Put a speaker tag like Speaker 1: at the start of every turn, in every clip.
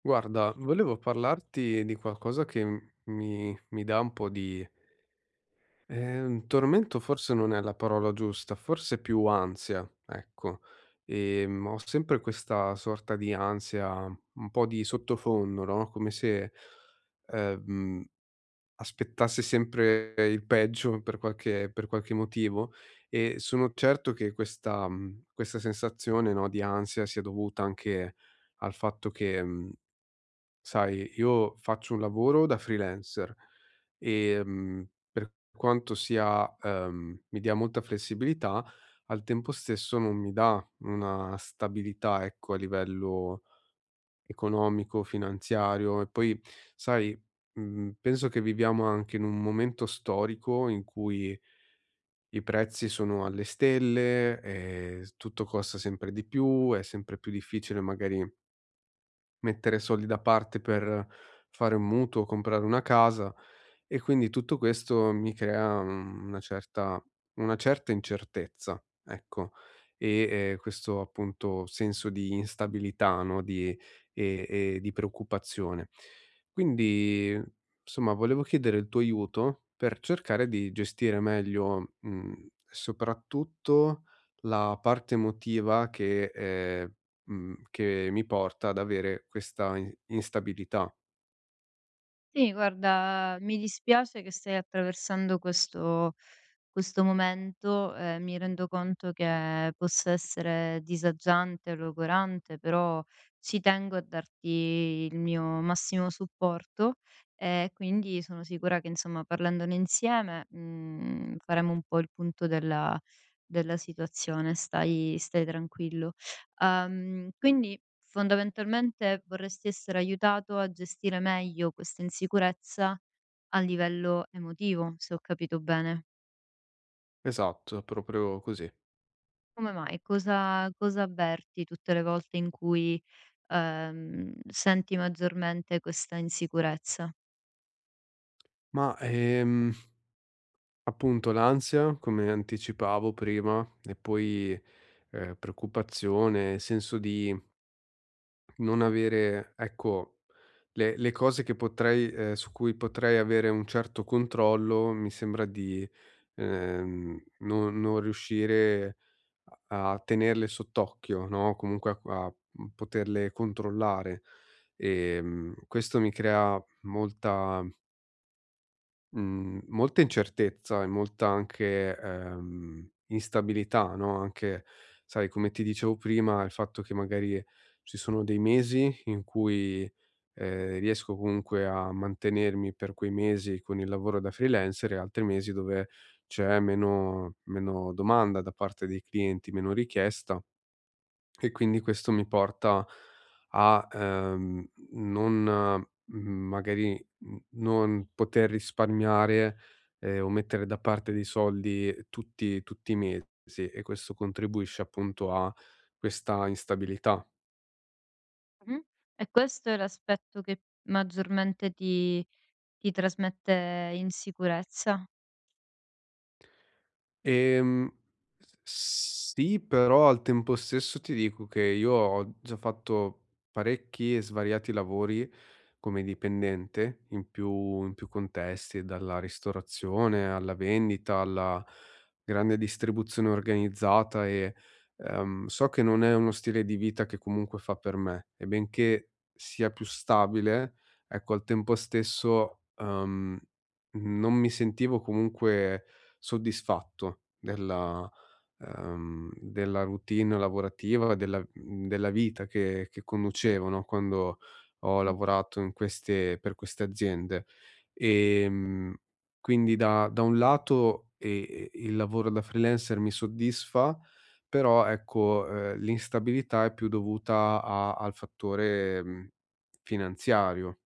Speaker 1: Guarda, volevo parlarti di qualcosa che mi dà un po' di tormento, forse non è la parola giusta, forse più ansia, ecco. Ho sempre questa sorta di ansia, un po' di sottofondo, no? Come se ehm, aspettassi sempre il peggio per per qualche motivo, e sono certo che questa sensazione, no, di ansia sia dovuta anche al fatto che. Sai, io faccio un lavoro da freelancer e per quanto sia, mi dia molta flessibilità, al tempo stesso non mi dà una stabilità, ecco, a livello economico, finanziario, e poi, sai, penso che viviamo anche in un momento storico in cui i prezzi sono alle stelle, s Tutto costa sempre di più, è sempre più difficile magari mettere soldi da parte per fare un mutuo, comprare una casa, e quindi tutto questo mi crea una certa incertezza, ecco. Questo appunto senso di instabilità, no, di e e di preoccupazione. Quindi, insomma, volevo chiedere il tuo aiuto per cercare di gestire meglio, soprattutto la parte emotiva che mi porta ad avere questa in instabilità.
Speaker 2: Sì, guarda, mi dispiace che stai attraversando questo momento, mi rendo conto che possa essere disagiante, logorante, però ci tengo a darti il mio massimo supporto e quindi sono sicura che, insomma, parlandone insieme, faremo un po' il punto della della situazione. Stai tranquillo. Quindi fondamentalmente vorresti essere aiutato a gestire meglio questa insicurezza a livello emotivo, se ho capito bene.
Speaker 1: Esatto, proprio così.
Speaker 2: Come mai? Cosa avverti tutte le volte in cui, senti maggiormente questa insicurezza?
Speaker 1: Ma, ehm, Appunto l'ansia, come anticipavo prima, e poi, preoccupazione, senso di non avere, ecco. Le cose che potrei, su cui potrei avere un certo controllo, mi sembra di non riuscire a a tenerle sott'occhio, no, comunque a poterle controllare. Questo mi crea molta incertezza e molta anche, instabilità, no, anche, sai, come ti dicevo prima, il fatto che magari ci sono dei mesi in cui riesco comunque a mantenermi per quei mesi con il lavoro da freelancer, e altri mesi dove c'è meno domanda da parte dei clienti, meno richiesta, e quindi questo mi porta a, non mhmm, magari, mhmm, non poter risparmiare, o mettere da parte dei soldi tutti i mesi, e questo contribuisce appunto a questa instabilità.
Speaker 2: Mh-mh. E questo è l'aspetto che maggiormente ti trasmette insicurezza?
Speaker 1: Ehm, s Sì, però al tempo stesso ti dico che io ho già fatto parecchi e svariati lavori come dipendente in più contesti, dalla ristorazione alla vendita, alla grande distribuzione organizzata, e so che non è uno stile di vita che comunque fa per me, e benché sia più stabile, ecco, al tempo stesso, non mi sentivo comunque soddisfatto della della routine lavorativa, della della vita che conducevo, no, quando ho lavorato in queste per queste aziende. Ehm, quindi da un lato, il lavoro da freelancer mi soddisfa, però ecco, l'instabilità è più dovuta a al fattore, finanziario.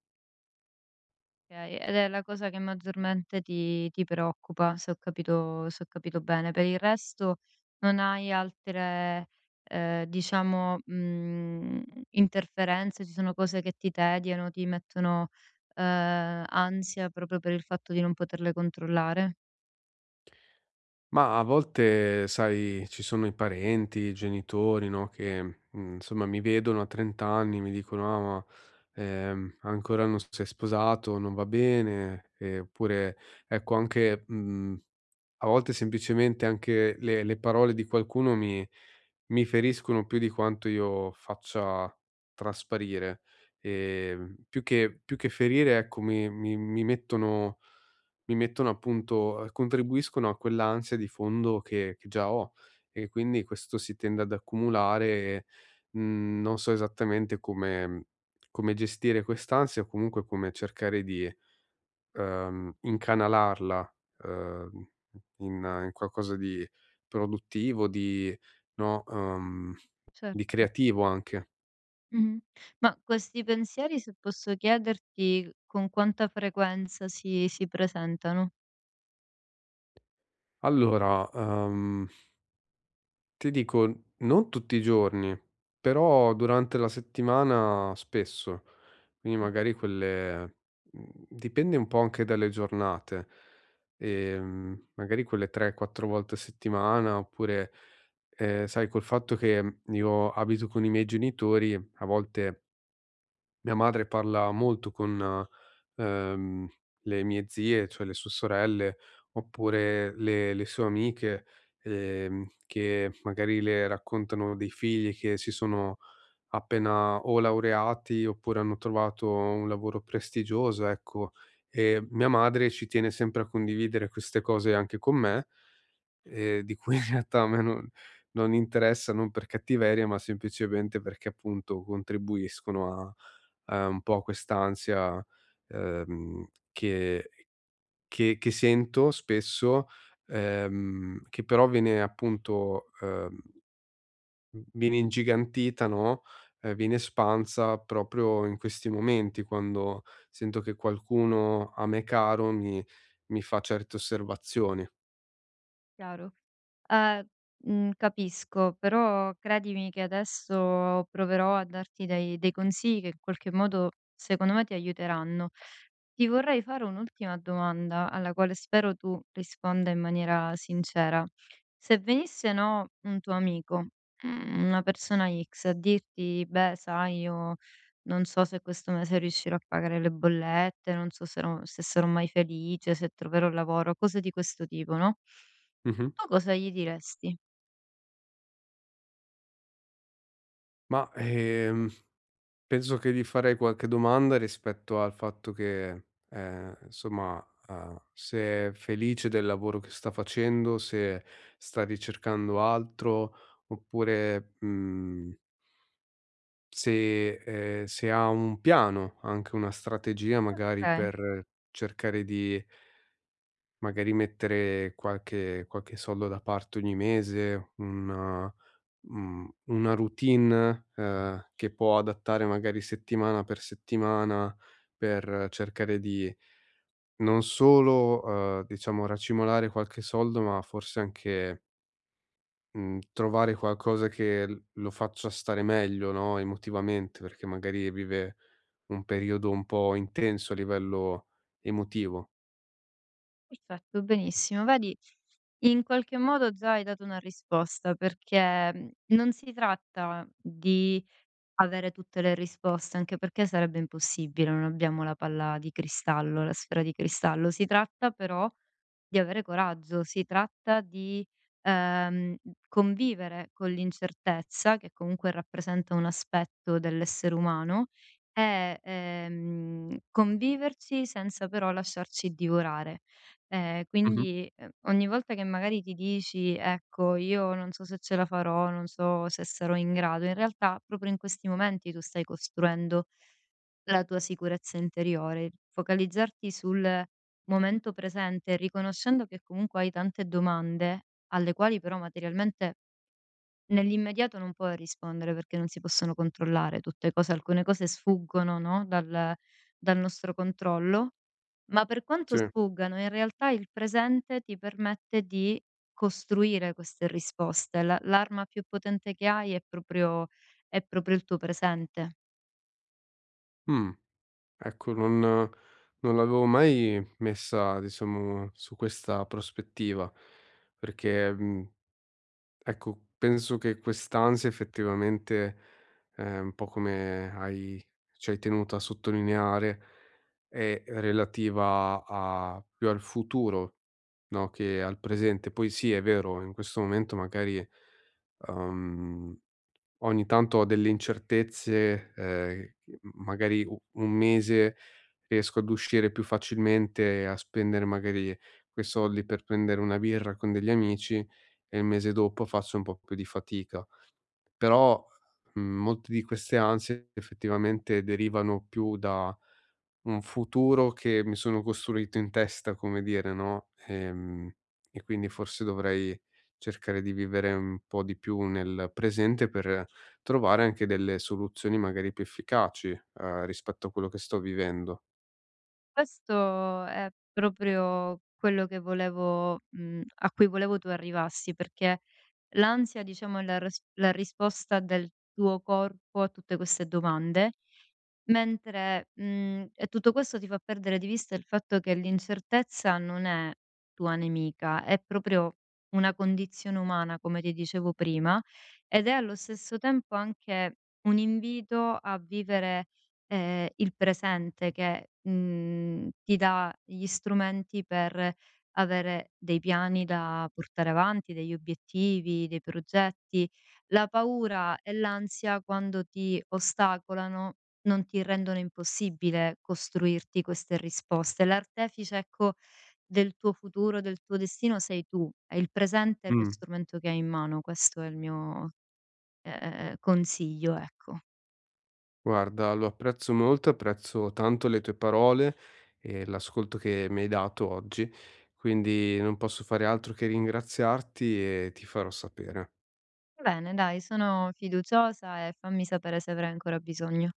Speaker 2: Okay, ed è la cosa che maggiormente ti preoccupa, se ho capito bene. Per il resto non hai altre, diciamo, interferenze, ci sono cose che ti tediano, ti mettono, ansia proprio per il fatto di non poterle controllare?
Speaker 1: Ma a volte, sai, ci sono i parenti, i genitori, no, che, insomma, mi vedono a 30 anni, mi dicono: "Ah, ma ancora non sei sposato, non va bene". Oppure, ecco, anche, mhmm a volte semplicemente anche le parole di qualcuno mi mi feriscono più di quanto io faccia trasparire. Più che più che ferire, ecco, mi mettono appunto, contribuiscono a quell'ansia di fondo che già ho, e quindi questo si tende ad accumulare, e non so esattamente come gestire quest'ansia, o comunque come cercare di incanalarla, ehm, in qualcosa di produttivo, di no, di
Speaker 2: Certo.
Speaker 1: creativo anche.
Speaker 2: Mh-mh. Ma questi pensieri, se posso chiederti, con quanta frequenza si presentano?
Speaker 1: Allora, uhm Ti dico, non tutti i giorni, però durante la settimana spesso. Quindi magari dipende un po' anche dalle giornate. Magari quelle 3, 4 volte a settimana, oppure, sai, col fatto che io abito con i miei genitori, a volte mia madre parla molto con, ehm, le mie zie, cioè le sue sorelle, oppure le sue amiche, che magari le raccontano dei figli che si sono appena o laureati, oppure hanno trovato un lavoro prestigioso, ecco. E mia madre ci tiene sempre a condividere queste cose anche con me, di cui in realtà a me non interessa, non per cattiveria, ma semplicemente perché appunto contribuiscono a a un po' quest'ansia, ehm, che che sento spesso, che però viene appunto, viene ingigantita, no, viene espansa proprio in questi momenti, quando sento che qualcuno a me caro mi fa certe osservazioni.
Speaker 2: Chiaro. Eh, capisco, però credimi che adesso proverò a darti dei consigli che in qualche modo secondo me ti aiuteranno. Ti vorrei fare un'ultima domanda alla quale spero tu risponda in maniera sincera. Se venisse no un tuo amico, mm, una persona X, a dirti, beh, sai, io non so se questo mese riuscirò a pagare le bollette, non so se, se sarò mai felice, se troverò lavoro, cose di questo tipo, no?
Speaker 1: Mh-mh.
Speaker 2: Tu cosa gli diresti?
Speaker 1: Ma, ehm Penso che gli farei qualche domanda rispetto al fatto che, insomma, se è felice del lavoro che sta facendo, se sta ricercando altro, oppure, mhmm, se se ha un piano, anche una strategia magari
Speaker 2: Okay,
Speaker 1: per cercare di magari mettere qualche soldo da parte ogni mese, una routine, che può adattare magari settimana per cercare di non solo, diciamo, racimolare qualche soldo, ma forse anche, mhmm, trovare qualcosa che l lo faccia stare meglio, no, emotivamente, perché magari vive un periodo un po' intenso a livello emotivo.
Speaker 2: perfetto, benissimo. Vedi, in qualche modo già hai dato una risposta, perché, mhmm, non si tratta di avere tutte le risposte, anche perché sarebbe impossibile, non abbiamo la palla di cristallo, la sfera di cristallo. Si tratta però di avere coraggio. Si tratta di, ehm, convivere con l'incertezza, che comunque rappresenta un aspetto dell'essere umano, e, conviverci senza però lasciarci divorare.
Speaker 1: Mh-mh.
Speaker 2: Quindi, ogni volta che magari ti dici: "Ecco, io non so se ce la farò, non so se sarò in grado", in realtà proprio in questi momenti tu stai costruendo la tua sicurezza interiore. Focalizzarti sul momento presente, riconoscendo che comunque hai tante domande alle quali però materialmente nell'immediato non puoi rispondere perché non si possono controllare tutte cose, alcune cose sfuggono, no, dal nostro controllo, ma per quanto
Speaker 1: Sì.
Speaker 2: sfuggano, in realtà il presente ti permette di costruire queste risposte. L'arma più potente che hai è proprio il tuo presente.
Speaker 1: Mh. Ecco, non l'avevo mai messa, diciamo, su questa prospettiva, perché, ecco, penso che quest'ansia effettivamente, un po' come hai ci hai tenuto a sottolineare, è relativa a più al futuro, no, che al presente. Poi sì, è vero, in questo momento magari, uhm, ogni tanto ho delle incertezze, magari u un mese riesco ad uscire più facilmente, a spendere magari quei soldi per prendere una birra con degli amici, e il mese dopo faccio un po' più di fatica. Però, molte di queste ansie effettivamente derivano più da un futuro che mi sono costruito in testa, come dire, no, e quindi forse dovrei cercare di vivere un po' di più nel presente per trovare anche delle soluzioni magari più efficaci, rispetto a quello che sto vivendo.
Speaker 2: Questo è proprio quello che volevo, a cui volevo tu arrivassi, perché l'ansia diciamo è la res la risposta del tuo corpo a tutte queste domande, mentre, e tutto questo ti fa perdere di vista il fatto che l'incertezza non è tua nemica, è proprio una condizione umana, come ti dicevo prima, ed è allo stesso tempo anche un invito a vivere, il presente che, ti dà gli strumenti per avere dei piani da portare avanti, degli obiettivi, dei progetti. La paura e l'ansia quando ti ostacolano non ti rendono impossibile costruirti queste risposte. L'artefice, ecco, del tuo futuro, del tuo destino sei tu, e il presente è lo
Speaker 1: Mh.
Speaker 2: strumento che hai in mano, questo è il mio, consiglio, ecco.
Speaker 1: Guarda, lo apprezzo molto, apprezzo tanto le tue parole e l'ascolto che mi hai dato oggi, quindi non posso fare altro che ringraziarti e ti farò sapere.
Speaker 2: Bene dai, sono fiduciosa e fammi sapere se avrai ancora bisogno.